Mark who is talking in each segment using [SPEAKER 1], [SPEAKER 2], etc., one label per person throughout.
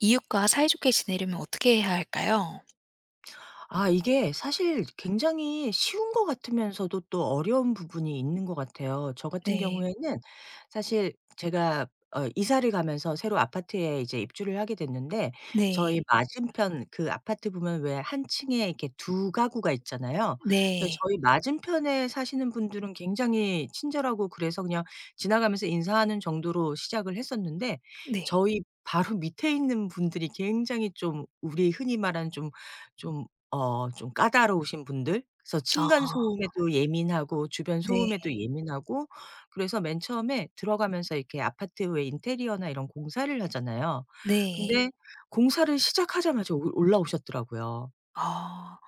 [SPEAKER 1] 이웃과 사이좋게 지내려면 어떻게 해야 할까요?
[SPEAKER 2] 아, 이게 사실 굉장히 쉬운 것 같으면서도 또 어려운 부분이 있는 것 같아요. 저 같은
[SPEAKER 1] 네.
[SPEAKER 2] 경우에는 사실 제가 이사를 가면서 새로 아파트에 이제 입주를 하게 됐는데, 저희
[SPEAKER 1] 네.
[SPEAKER 2] 맞은편 그 아파트 보면 왜 한 층에 이렇게 두 가구가 있잖아요. 그래서
[SPEAKER 1] 네.
[SPEAKER 2] 저희 맞은편에 사시는 분들은 굉장히 친절하고, 그래서 그냥 지나가면서 인사하는 정도로 시작을 했었는데,
[SPEAKER 1] 네.
[SPEAKER 2] 저희 바로 밑에 있는 분들이 굉장히 좀, 우리 흔히 말하는 좀좀 좀 까다로우신 분들. 그래서
[SPEAKER 1] 아,
[SPEAKER 2] 층간 소음에도 예민하고 주변
[SPEAKER 1] 네.
[SPEAKER 2] 소음에도 예민하고. 그래서 맨 처음에 들어가면서, 이렇게 아파트 왜 인테리어나 이런 공사를 하잖아요.
[SPEAKER 1] 네.
[SPEAKER 2] 근데 공사를 시작하자마자 올 올라오셨더라고요.
[SPEAKER 1] 아.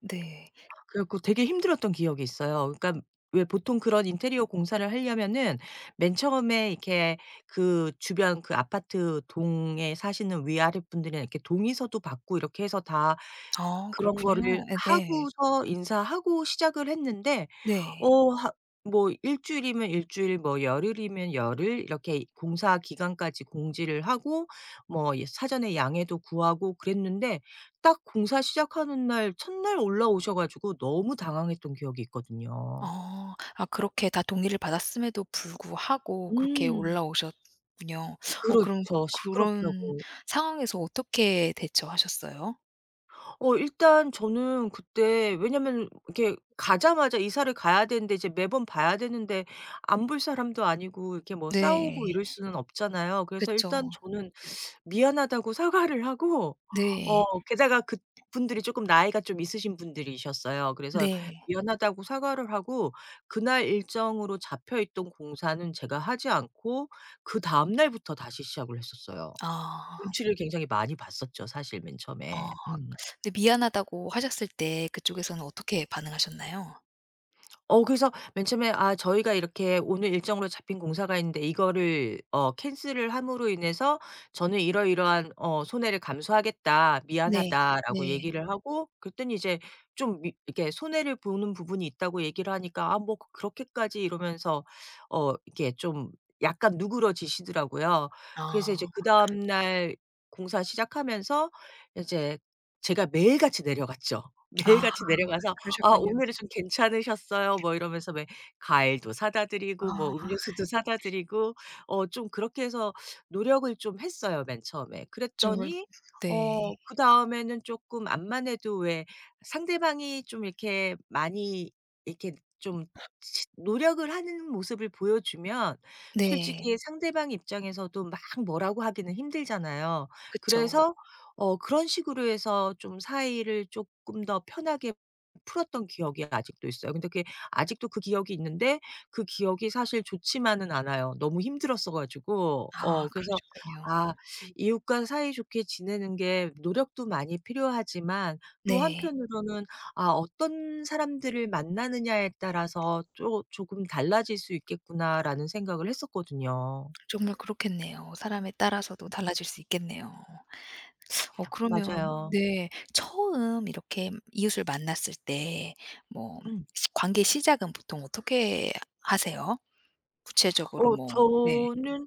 [SPEAKER 1] 네.
[SPEAKER 2] 그래 갖고 되게 힘들었던 기억이 있어요. 그러니까 왜 보통 그런 인테리어 공사를 하려면은 맨 처음에 이렇게 그 주변, 그 아파트 동에 사시는 위아랫 분들이랑 이렇게 동의서도 받고, 이렇게 해서 다
[SPEAKER 1] 아,
[SPEAKER 2] 그런 거를
[SPEAKER 1] 그렇군요. 예네.
[SPEAKER 2] 하고서 인사하고 시작을 했는데,
[SPEAKER 1] 네.
[SPEAKER 2] 어 하 뭐 일 주일이면 일 주일, 뭐 열흘이면 열흘, 이렇게 공사 기간까지 공지를 하고, 뭐 예 사전에 양해도 구하고 그랬는데, 딱 공사 시작하는 날 첫날 올라오셔 가지고 너무 당황했던 기억이 있거든요.
[SPEAKER 1] 아. 아, 그렇게 다 동의를 받았음에도 불구하고 그렇게
[SPEAKER 2] 음.
[SPEAKER 1] 올라오셨군요. 그럼
[SPEAKER 2] 그렇죠.
[SPEAKER 1] 그런
[SPEAKER 2] 시끄럽다고.
[SPEAKER 1] 상황에서 어떻게 대처하셨어요?
[SPEAKER 2] 일단 저는 그때, 왜냐면 이렇게 가자마자 이사를 가야 되는데 이제 매번 봐야 되는데, 안 볼 사람도 아니고 이렇게 뭐 싸우고
[SPEAKER 1] 네.
[SPEAKER 2] 이럴 수는 없잖아요. 그래서
[SPEAKER 1] 그쵸.
[SPEAKER 2] 일단 저는 미안하다고 사과를 하고,
[SPEAKER 1] 네.
[SPEAKER 2] 게다가 그분들이 쪼끔 나이가 좀 있으신 분들이셨어요. 그래서
[SPEAKER 1] 네.
[SPEAKER 2] 미안하다고 사과를 하고, 그날 일정으로 잡혀 있던 공사는 제가 하지 않고, 그다음 날부터 다시 시작을 했었어요.
[SPEAKER 1] 아.
[SPEAKER 2] 눈치를 굉장히 많이 봤었죠, 사실 맨 처음에.
[SPEAKER 1] 아.
[SPEAKER 2] 음.
[SPEAKER 1] 근데 미안하다고 하셨을 때 그쪽에서는 어떻게 반응하셨나요?
[SPEAKER 2] 그래서 맨 처음에 '아, 저희가 이렇게 오늘 일정으로 잡힌 공사가 있는데, 이거를 캔슬을 함으로 인해서 저는 이러이러한 손해를 감수하겠다.
[SPEAKER 1] 네.
[SPEAKER 2] 미안하다.'라고
[SPEAKER 1] 네.
[SPEAKER 2] 얘기를 하고 그랬더니, 이제 좀 미 이렇게 손해를 보는 부분이 있다고 얘기를 하니까, 아 뭐 그렇게까지 이러면서 이렇게 좀 약간 누그러지시더라고요. 그래서 이제
[SPEAKER 1] 아.
[SPEAKER 2] 그다음 날 공사 시작하면서, 이제 제가 매일같이 내려갔죠.
[SPEAKER 1] 아,
[SPEAKER 2] 매일같이 내려가서 "아
[SPEAKER 1] 그러셨군요.
[SPEAKER 2] 오늘은 좀 괜찮으셨어요?" 뭐 이러면서, 왜 과일도 사다 드리고, 뭐
[SPEAKER 1] 아,
[SPEAKER 2] 음료수도 사다 드리고, 좀 그렇게 해서 노력을 좀 했어요, 맨 처음에.
[SPEAKER 1] 정말.
[SPEAKER 2] 그랬더니
[SPEAKER 1] 네.
[SPEAKER 2] 그다음에는 조금, 암만 해도 왜 상대방이 좀 이렇게 많이, 이렇게 좀 치 노력을 하는 모습을 보여주면,
[SPEAKER 1] 네.
[SPEAKER 2] 솔직히 상대방 입장에서도 막 뭐라고 하기는 힘들잖아요.
[SPEAKER 1] 그쵸.
[SPEAKER 2] 그래서 그런 식으로 해서 좀 사이를 조금 더 편하게 풀었던 기억이 아직도 있어요. 근데 그게 아직도 그 기억이 있는데, 그 기억이 사실 좋지만은 않아요. 너무 힘들었어 가지고.
[SPEAKER 1] 아,
[SPEAKER 2] 그래서
[SPEAKER 1] 그러셨군요.
[SPEAKER 2] 아, 이웃과 사이좋게 지내는 게 노력도 많이 필요하지만, 또
[SPEAKER 1] 네.
[SPEAKER 2] 한편으로는 아 '어떤 사람들을 만나느냐에 따라서 쪼 조금 달라질 수 있겠구나.'라는 생각을 했었거든요.
[SPEAKER 1] 정말 그렇겠네요. 사람에 따라서도 달라질 수 있겠네요. 그러면,
[SPEAKER 2] 맞아요.
[SPEAKER 1] 네, 처음 이렇게 이웃을 만났을 때 뭐
[SPEAKER 2] 음.
[SPEAKER 1] 시 관계 시작은 보통 어떻게 하세요? 구체적으로 뭐. 네.
[SPEAKER 2] 저는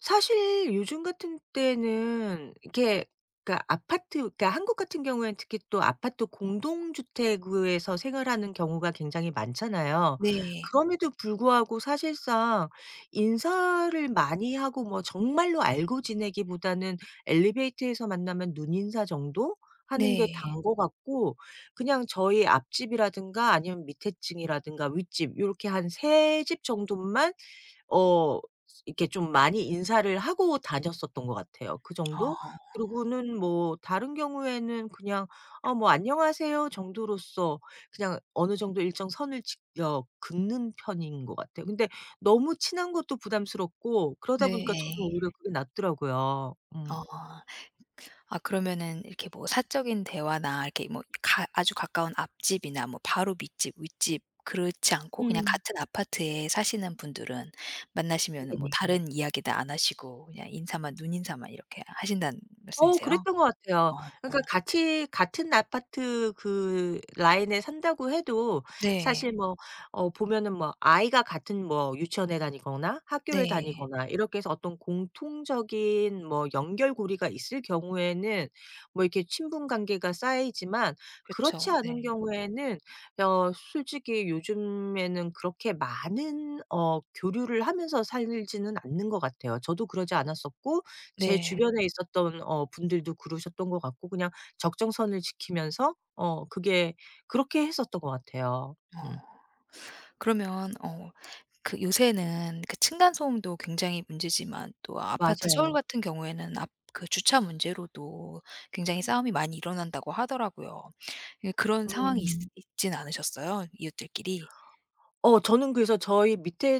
[SPEAKER 2] 사실 요즘 같은 때는 이게, 그러니까 아파트, 그러니까 한국 같은 경우에는 특히 또 아파트 공동주택에서 생활하는 경우가 굉장히 많잖아요.
[SPEAKER 1] 네.
[SPEAKER 2] 그럼에도 불구하고 사실상 인사를 많이 하고 뭐 정말로 알고 지내기보다는, 엘리베이터에서 만나면 눈인사 정도 하는 게
[SPEAKER 1] 네.
[SPEAKER 2] 단것 같고, 그냥 저희 앞집이라든가 아니면 밑에 층이라든가 윗집 요렇게 한 세 집 정도만 어 이렇게 좀 많이 인사를 하고 다녔었던 것 같아요. 그
[SPEAKER 1] 아.
[SPEAKER 2] 정도? 그러고는 뭐 다른 경우에는 그냥 뭐 "안녕하세요." 정도로서 그냥 어느 정도 일정 선을 지어 긋는 편인 것 같아요. 근데 너무 친한 것도 부담스럽고, 그러다 보니까 저는
[SPEAKER 1] 네.
[SPEAKER 2] 오히려 그게 낫더라고요. 음.
[SPEAKER 1] 어. 아, 그러면은 이렇게 뭐 사적인 대화나 이렇게 뭐 가 아주 가까운 앞집이나 뭐 바로 밑집, 윗집 그렇지 않고 그냥
[SPEAKER 2] 음.
[SPEAKER 1] 같은 아파트에 사시는 분들은 만나시면은 뭐
[SPEAKER 2] 네네.
[SPEAKER 1] 다른 이야기도 안 하시고 그냥 인사만 눈인사만 이렇게 하신다는 말씀이세요?
[SPEAKER 2] 그랬던 것 같아요.
[SPEAKER 1] 어.
[SPEAKER 2] 그러니까 같이 같은 아파트 그 라인에 산다고 해도, 사실
[SPEAKER 1] 네.
[SPEAKER 2] 뭐 보면은 뭐 아이가 같은 뭐 유치원에 다니거나 학교를
[SPEAKER 1] 네.
[SPEAKER 2] 다니거나, 이렇게 해서 어떤 공통적인 뭐 연결고리가 있을 경우에는 뭐 이렇게 친분 관계가 쌓이지만, 그렇지
[SPEAKER 1] 그쵸.
[SPEAKER 2] 않은
[SPEAKER 1] 네.
[SPEAKER 2] 경우에는 솔직히 요즘에는 그렇게 많은 교류를 하면서 살지는 않는 것 같아요. 저도 그러지 않았었고, 제
[SPEAKER 1] 네.
[SPEAKER 2] 주변에 있었던 분들도 그러셨던 것 같고, 그냥 적정선을 지키면서 그게 그렇게 했었던 것 같아요.
[SPEAKER 1] 어.
[SPEAKER 2] 음.
[SPEAKER 1] 그러면 그 요새는 그 층간소음도 굉장히 문제지만 또 아파트 서울
[SPEAKER 2] 맞아요.
[SPEAKER 1] 같은 경우에는 앞 그 주차 문제로도 굉장히 싸움이 많이 일어난다고 하더라고요. 예, 그런 상황이 있
[SPEAKER 2] 음.
[SPEAKER 1] 있진 않으셨어요? 이웃들끼리?
[SPEAKER 2] 저는 그래서 저희 밑에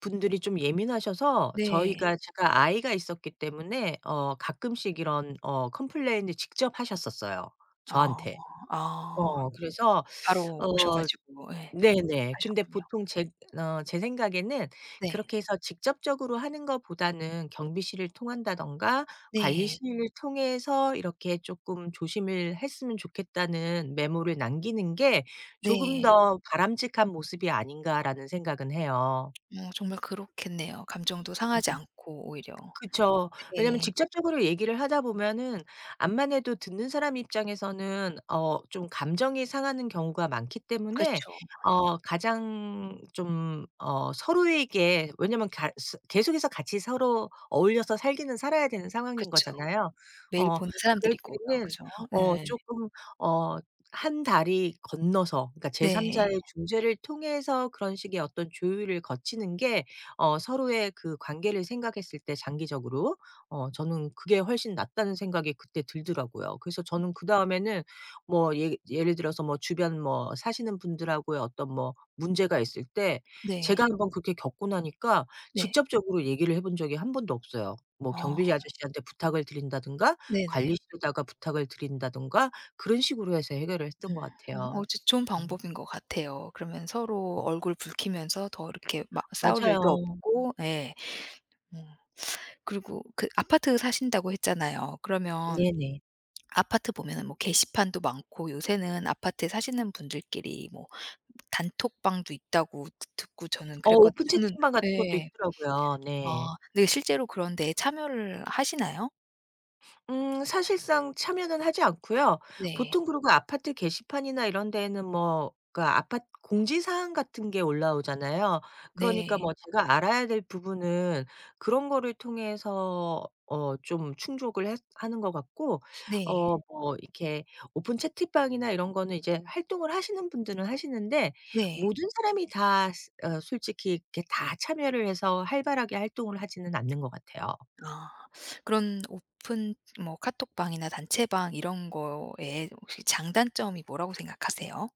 [SPEAKER 2] 분들이 좀 예민하셔서,
[SPEAKER 1] 네.
[SPEAKER 2] 저희가 제가 아이가 있었기 때문에 가끔씩 이런 컴플레인을 직접 하셨었어요,
[SPEAKER 1] 어.
[SPEAKER 2] 저한테.
[SPEAKER 1] 아.
[SPEAKER 2] 그래서
[SPEAKER 1] 바로 오셔
[SPEAKER 2] 어
[SPEAKER 1] 가지고 예
[SPEAKER 2] 네네. 근데
[SPEAKER 1] 하셨군요.
[SPEAKER 2] 보통 제 생각에는,
[SPEAKER 1] 네.
[SPEAKER 2] 그렇게 해서 직접적으로 하는 것보다는 경비실을 통한다든가,
[SPEAKER 1] 네.
[SPEAKER 2] 관리실을 통해서 이렇게 조금 "조심을 했으면 좋겠다."는 메모를 남기는 게 조금
[SPEAKER 1] 네.
[SPEAKER 2] 더 바람직한 모습이 아닌가라는 생각은 해요.
[SPEAKER 1] 정말 그렇겠네요. 감정도 상하지 않고 오히려.
[SPEAKER 2] 그쵸. 왜냐면
[SPEAKER 1] 네.
[SPEAKER 2] 직접적으로 얘기를 하다 보면은 암만 해도 듣는 사람 입장에서는 좀 감정이 상하는 경우가 많기 때문에,
[SPEAKER 1] 그쵸.
[SPEAKER 2] 가장 좀 서로에게, 왜냐면 가 스 계속해서 같이 서로 어울려서 살기는 살아야 되는 상황인
[SPEAKER 1] 그쵸.
[SPEAKER 2] 거잖아요.
[SPEAKER 1] 매일
[SPEAKER 2] 어
[SPEAKER 1] 보는
[SPEAKER 2] 그럴
[SPEAKER 1] 사람들이고요.
[SPEAKER 2] 때는
[SPEAKER 1] 그죠? 네.
[SPEAKER 2] 쪼끔 어 한 다리 건너서, 그러니까 제3 자의
[SPEAKER 1] 네.
[SPEAKER 2] 중재를 통해서 그런 식의 어떤 조율을 거치는 게 서로의 그 관계를 생각했을 때 장기적으로 저는 그게 훨씬 낫다는 생각이 그때 들더라고요. 그래서 저는 그다음에는, 뭐 예 예를 들어서 뭐 주변 뭐 사시는 분들하고의 어떤 뭐 문제가 있을 때, 제가
[SPEAKER 1] 네.
[SPEAKER 2] 한번 그렇게 겪고 나니까
[SPEAKER 1] 네.
[SPEAKER 2] 직접적으로 얘기를 해본 적이 한 번도 없어요. 뭐
[SPEAKER 1] 어,
[SPEAKER 2] 경비지 아저씨한테 부탁을 드린다든가,
[SPEAKER 1] 네네.
[SPEAKER 2] 관리실에다가 부탁을 드린다든가, 그런 식으로 해서 해결을 했던 것
[SPEAKER 1] 음.
[SPEAKER 2] 같아요.
[SPEAKER 1] 저 좋은
[SPEAKER 2] 음
[SPEAKER 1] 방법인 것 같아요. 그러면 서로 얼굴 붉히면서 더 이렇게 막 싸울
[SPEAKER 2] 맞아요.
[SPEAKER 1] 일도 없고. 예. 음. 그리고 그 아파트 사신다고 했잖아요. 그러면
[SPEAKER 2] 네네.
[SPEAKER 1] 아파트 보면은 뭐 게시판도 많고 요새는 아파트에 사시는 분들끼리 뭐 단톡방도 있다고 드 듣고 저는 그랬거든요.
[SPEAKER 2] 오픈
[SPEAKER 1] 저는.
[SPEAKER 2] 채팅방 같은 것도
[SPEAKER 1] 예.
[SPEAKER 2] 있더라고요.
[SPEAKER 1] 아.
[SPEAKER 2] 네.
[SPEAKER 1] 네, 실제로 그런 데에 참여를 하시나요?
[SPEAKER 2] 사실상 참여는 하지 않고요.
[SPEAKER 1] 네.
[SPEAKER 2] 보통 그리고 아파트 게시판이나 이런 데에는 뭐 그 아파트 공지 사항 같은 게 올라오잖아요. 그러니까
[SPEAKER 1] 네.
[SPEAKER 2] 뭐 제가 알아야 될 부분은 그런 거를 통해서 좀 충족을 하는 것 같고,
[SPEAKER 1] 네.
[SPEAKER 2] 뭐 이렇게 오픈 채팅방이나 이런 거는 이제 활동을 하시는 분들은 하시는데,
[SPEAKER 1] 네.
[SPEAKER 2] 모든 사람이 다 스 어 솔직히 이렇게 다 참여를 해서 활발하게 활동을 하지는 않는 것 같아요.
[SPEAKER 1] 아. 그런 오픈 뭐 카톡방이나 단체방 이런 거에 혹시 장단점이 뭐라고 생각하세요?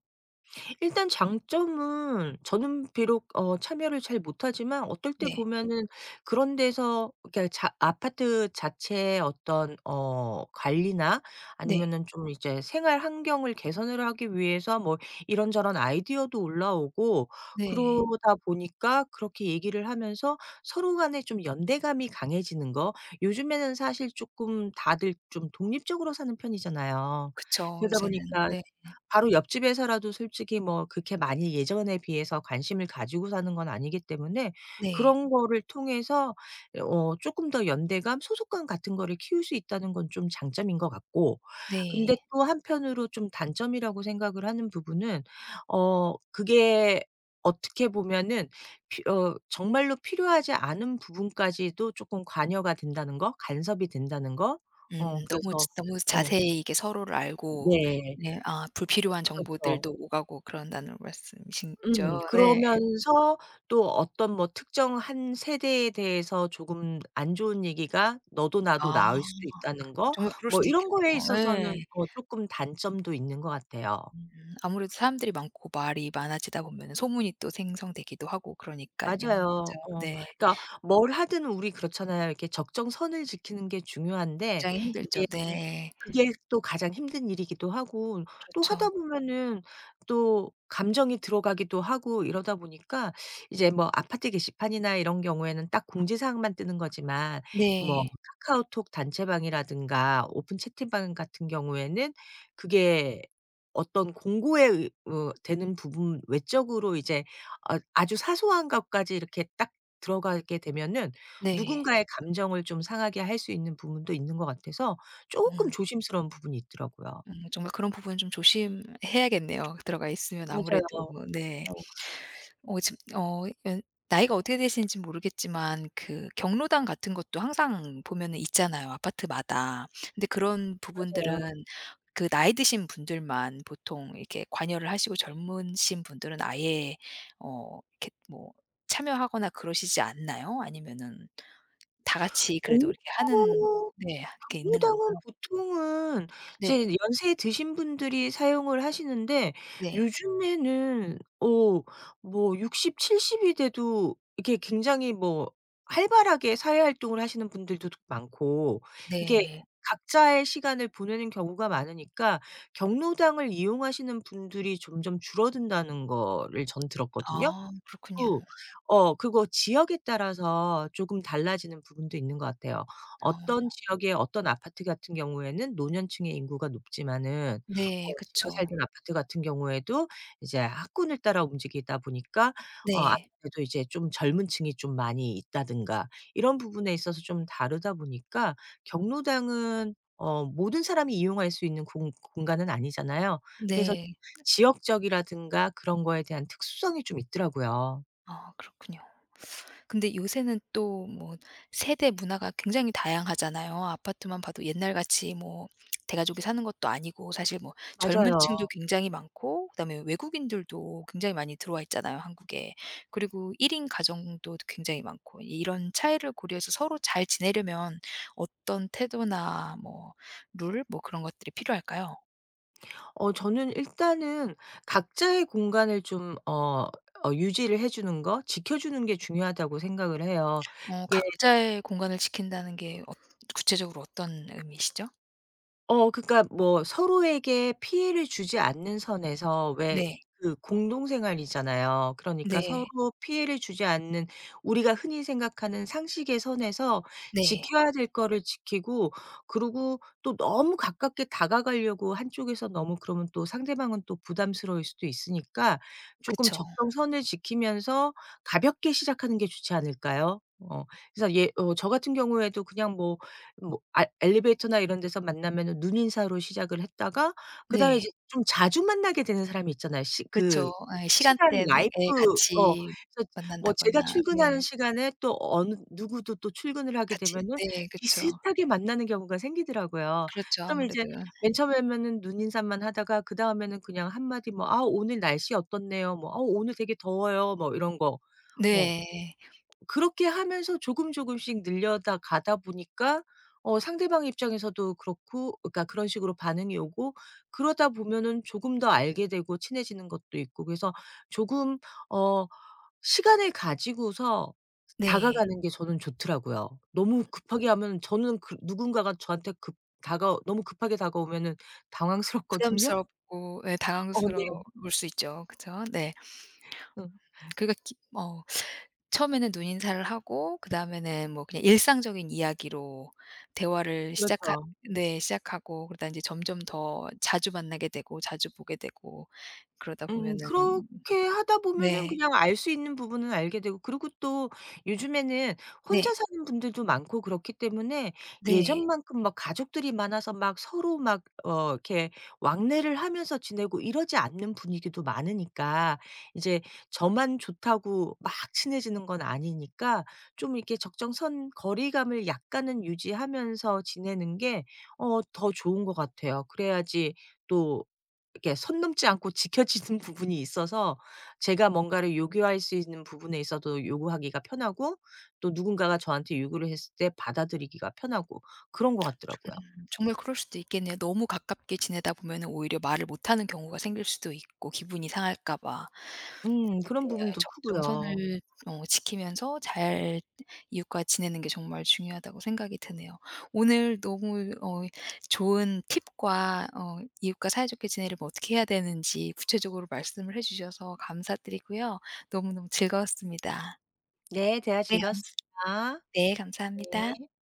[SPEAKER 2] 일단 장점은, 저는 비록 참여를 잘 못하지만 어떨 때
[SPEAKER 1] 네.
[SPEAKER 2] 보면은 그런 데서, 그러니까 자 아파트 자체의 어떤 관리나
[SPEAKER 1] 네.
[SPEAKER 2] 아니면은 좀 이제 생활 환경을 개선을 하기 위해서 뭐 이런저런 아이디어도 올라오고,
[SPEAKER 1] 네.
[SPEAKER 2] 그러다 보니까 그렇게 얘기를 하면서 서로 간에 좀 연대감이 강해지는 거. 요즘에는 사실 조금 다들 좀 독립적으로 사는 편이잖아요.
[SPEAKER 1] 그쵸.
[SPEAKER 2] 그러다
[SPEAKER 1] 요새는.
[SPEAKER 2] 보니까
[SPEAKER 1] 네.
[SPEAKER 2] 바로 옆집에서라도 솔직히 뭐 그렇게 많이 예전에 비해서 관심을 가지고 사는 건 아니기 때문에,
[SPEAKER 1] 네.
[SPEAKER 2] 그런 거를 통해서 쪼끔 더 연대감, 소속감 같은 거를 키울 수 있다는 건 좀 장점인 것 같고. 근데
[SPEAKER 1] 네.
[SPEAKER 2] 또 한편으로 좀 단점이라고 생각을 하는 부분은, 그게 어떻게 보면은 피 어 정말로 필요하지 않은 부분까지도 쪼끔 관여가 된다는 거, 간섭이 된다는 거.
[SPEAKER 1] 음. 너무 즈
[SPEAKER 2] 그래서
[SPEAKER 1] 너무
[SPEAKER 2] 어
[SPEAKER 1] 자세히 이게 서로를 알고.
[SPEAKER 2] 네.
[SPEAKER 1] 네, 아, 불필요한
[SPEAKER 2] 그렇죠.
[SPEAKER 1] 정보들도 오가고 그런다는 말씀이신
[SPEAKER 2] 음.
[SPEAKER 1] 거죠? 네.
[SPEAKER 2] 그러면서 또 어떤 뭐 특정 한 세대에 대해서 조금 안 좋은 얘기가 너도 나도
[SPEAKER 1] 아,
[SPEAKER 2] 나올 수도 있다는 거,
[SPEAKER 1] 정말 그럴
[SPEAKER 2] 뭐
[SPEAKER 1] 수도
[SPEAKER 2] 이런 거에
[SPEAKER 1] 있겠네요.
[SPEAKER 2] 있어서는
[SPEAKER 1] 예.
[SPEAKER 2] 쪼끔 단점도 있는 것 같아요.
[SPEAKER 1] 음 아무래도 사람들이 많고 말이 많아지다 보면은 소문이 또 생성되기도 하고 그러니깐요.
[SPEAKER 2] 맞아요.
[SPEAKER 1] 그죠.
[SPEAKER 2] 어.
[SPEAKER 1] 네.
[SPEAKER 2] 그러니까 뭘 하든 우리 그렇잖아요. 이렇게 적정선을 지키는 게 중요한데,
[SPEAKER 1] 굉장히
[SPEAKER 2] 이게
[SPEAKER 1] 힘들죠. 네.
[SPEAKER 2] 그게 또 가장 힘든 일이기도 하고, 또
[SPEAKER 1] 그렇죠.
[SPEAKER 2] 하다 보면은 또 감정이 들어가기도 하고, 이러다 보니까 이제 뭐 아파트 게시판이나 이런 경우에는 딱 공지사항만 뜨는 거지만, 뭐
[SPEAKER 1] 네.
[SPEAKER 2] 카카오톡 단체방이라든가 오픈 채팅방 같은 경우에는 그게 어떤 공고에 의 어 되는 부분 외적으로 이제 아주 사소한 것까지 이렇게 딱 들어가게 되면은
[SPEAKER 1] 네.
[SPEAKER 2] 누군가의 감정을 좀 상하게 할 수 있는 부분도 있는 것 같아서, 쪼끔
[SPEAKER 1] 음.
[SPEAKER 2] 조심스러운 부분이 있더라고요.
[SPEAKER 1] 음, 정말 그런 부분은 좀 조심해야겠네요, 들어가 있으면
[SPEAKER 2] 맞아요.
[SPEAKER 1] 아무래도. 뭐 네.
[SPEAKER 2] 어
[SPEAKER 1] 지금 어 연 나이가 어떻게 되시는지 모르겠지만 그 경로당 같은 것도 항상 보면은 있잖아요, 아파트마다. 근데 그런
[SPEAKER 2] 맞아요.
[SPEAKER 1] 부분들은 그 나이 드신 분들만 보통 이렇게 관여를 하시고 젊으신 분들은 아예 이렇게 뭐 참여하거나 그러시지 않나요? 아니면은 다 같이
[SPEAKER 2] 오.
[SPEAKER 1] 그래도 이렇게 하는, 네,
[SPEAKER 2] 경
[SPEAKER 1] 게
[SPEAKER 2] 로
[SPEAKER 1] 있는
[SPEAKER 2] 당은
[SPEAKER 1] 건가요?
[SPEAKER 2] 보통은
[SPEAKER 1] 네.
[SPEAKER 2] 이제 연세 드신 분들이 사용을 하시는데,
[SPEAKER 1] 네.
[SPEAKER 2] 요즘에는 뭐 60, 70이 돼도 이게 굉장히 뭐 활발하게 사회 활동을 하시는 분들도 많고, 이게
[SPEAKER 1] 네.
[SPEAKER 2] 각자의 시간을 보내는 경우가 많으니까 경로당을 이용하시는 분들이 점점 줄어든다는 거를 전 들었거든요.
[SPEAKER 1] 아,
[SPEAKER 2] 그리고
[SPEAKER 1] 그렇군요.
[SPEAKER 2] 그거 지역에 따라서 조금 달라지는 부분도 있는 것 같아요. 어떤
[SPEAKER 1] 아.
[SPEAKER 2] 지역의 어떤 아파트 같은 경우에는 노년층의 인구가 높지만은,
[SPEAKER 1] 네.
[SPEAKER 2] 제가
[SPEAKER 1] 그쵸.
[SPEAKER 2] 살던 아파트 같은 경우에도 이제 학군을 따라 움직이다 보니까
[SPEAKER 1] 네.
[SPEAKER 2] 아무래도 이제 좀 젊은 층이 좀 많이 있다든가, 이런 부분에 있어서 좀 다르다 보니까 경로당은 모든 사람이 이용할 수 있는 공 공간은 아니잖아요. 그래서
[SPEAKER 1] 네.
[SPEAKER 2] 지역적이라든가 그런 거에 대한 특수성이 좀 있더라고요.
[SPEAKER 1] 아, 그렇군요. 근데 요새는 또 뭐 세대 문화가 굉장히 다양하잖아요. 아파트만 봐도 옛날같이 뭐 대가족이 사는 것도 아니고 사실, 뭐, 젊은
[SPEAKER 2] 맞아요.
[SPEAKER 1] 층도 굉장히 많고 그다음에 외국인들도 굉장히 많이 들어와 있잖아요, 한국에. 그리고 1인 가정도 굉장히 많고. 이런 차이를 고려해서 서로 잘 지내려면 어떤 태도나 뭐 룰, 뭐 그런 것들이 필요할까요?
[SPEAKER 2] 저는 일단은 각자의 공간을 좀 유지를 해 주는 거, 지켜 주는 게 중요하다고 생각을 해요. 게
[SPEAKER 1] 각자의 공간을 지킨다는 게 구체적으로 어떤 의미시죠?
[SPEAKER 2] 어 그러니까 뭐 서로에게 피해를 주지 않는 선에서 왜,
[SPEAKER 1] 네.
[SPEAKER 2] 그 공동생활이잖아요. 그러니까 서로
[SPEAKER 1] 네.
[SPEAKER 2] 피해를 주지 않는, 우리가 흔히 생각하는 상식의 선에서
[SPEAKER 1] 네.
[SPEAKER 2] 지켜야 될 거를 지키고, 그리고 또 너무 가깝게 다가가려고 한쪽에서 너무 그러면 또 상대방은 또 부담스러울 수도 있으니까, 조금
[SPEAKER 1] 그쵸.
[SPEAKER 2] 적정선을 지키면서 가볍게 시작하는 게 좋지 않을까요? 그래서 예 저 같은 경우에도 그냥 뭐 아 엘리베이터나 이런 데서 만나면은 눈인사로 시작을 했다가, 그다음에 이제
[SPEAKER 1] 네.
[SPEAKER 2] 좀 자주 만나게 되는 사람이 있잖아요. 시 그
[SPEAKER 1] 그렇죠. 예.
[SPEAKER 2] 시간
[SPEAKER 1] 시간대에.
[SPEAKER 2] 라이프.
[SPEAKER 1] 예,
[SPEAKER 2] 어
[SPEAKER 1] 같이
[SPEAKER 2] 그래서 뭐 제가
[SPEAKER 1] 만난다거나.
[SPEAKER 2] 출근하는
[SPEAKER 1] 네,
[SPEAKER 2] 시간에 또 어느 누구도 또 출근을 하게
[SPEAKER 1] 같이.
[SPEAKER 2] 되면은
[SPEAKER 1] 네, 그쵸.
[SPEAKER 2] 비슷하게 만나는 경우가 생기더라고요.
[SPEAKER 1] 그렇죠
[SPEAKER 2] 그러면 이제
[SPEAKER 1] 아무래도.
[SPEAKER 2] 맨 처음에는 눈인사만 하다가, 그다음에는 그냥 한마디 뭐 "아 오늘 날씨 어떻네요." 뭐 "아 오늘 되게 더워요." 뭐 이런 거. 어.
[SPEAKER 1] 네.
[SPEAKER 2] 그렇게 하면서 조금 조금씩 늘려다 가다 보니까 상대방 입장에서도 그렇고, 그러니까 그런 식으로 반응이 오고 그러다 보면은 조금 더 알게 되고 친해지는 것도 있고, 그래서 조금 어 시간을 가지고서
[SPEAKER 1] 네.
[SPEAKER 2] 다가가는 게 저는 좋더라고요. 너무 급하게 하면, 저는 그 누군가가 저한테 급 다가 너무 급하게 다가오면은 당황스럽거든요.
[SPEAKER 1] 부담스럽고, 예, 당황스러울
[SPEAKER 2] 네.
[SPEAKER 1] 수 있죠. 그죠? 네.
[SPEAKER 2] 음.
[SPEAKER 1] 그러니까 기 어 처음에는 눈 인사를 하고 그다음에는 뭐 그냥 일상적인 이야기로 대화를 시작하
[SPEAKER 2] 그렇죠.
[SPEAKER 1] 네, 시작하고 그러다 인제 점점 더 자주 만나게 되고 자주 보게 되고 그러다
[SPEAKER 2] 음.
[SPEAKER 1] 보면은.
[SPEAKER 2] 그렇게 하다 보면은
[SPEAKER 1] 네.
[SPEAKER 2] 그냥 알 수 있는 부분은 알게 되고, 그리고 또 요즘에는 혼자
[SPEAKER 1] 네.
[SPEAKER 2] 사는 분들도 많고 그렇기 때문에
[SPEAKER 1] 네.
[SPEAKER 2] 예전만큼 막 가족들이 많아서 막 서로 막 이렇게 왕래를 하면서 지내고 이러지 않는 분위기도 많으니까, 이제 저만 좋다고 막 친해지는 건 아니니까 좀 이렇게 적정선, 거리감을 약간은 유지하면서 지내는 게 더 좋은 것 같아요. 그래야지 또 이렇게 선 넘지 않고 지켜지는 부분이 있어서, 제가 뭔가를 요구할 수 있는 부분에 있어도 요구하기가 편하고, 또 누군가가 저한테 요구를 했을 때 받아들이기가 편하고, 그런 것 같더라고요.
[SPEAKER 1] 정말 그럴 수도 있겠네요. 너무 가깝게 지내다 보면은 오히려 말을 못하는 경우가 생길 수도 있고, 기분이 상할까 봐.
[SPEAKER 2] 그런
[SPEAKER 1] 네. 아,
[SPEAKER 2] 부분도 크고요.
[SPEAKER 1] 적정선을 지키면서 잘 이웃과 지내는 게 정말 중요하다고 생각이 드네요. 오늘 너무 좋은 팁과 이웃과 사이좋게 지내려면 어떻게 해야 되는지 구체적으로 말씀을 해 주셔서 감사드리고요. 너무너무 즐거웠습니다.
[SPEAKER 2] 네. 대화
[SPEAKER 1] 네. 감
[SPEAKER 2] 즐거웠습니다.
[SPEAKER 1] 네. 감사합니다.
[SPEAKER 2] 네.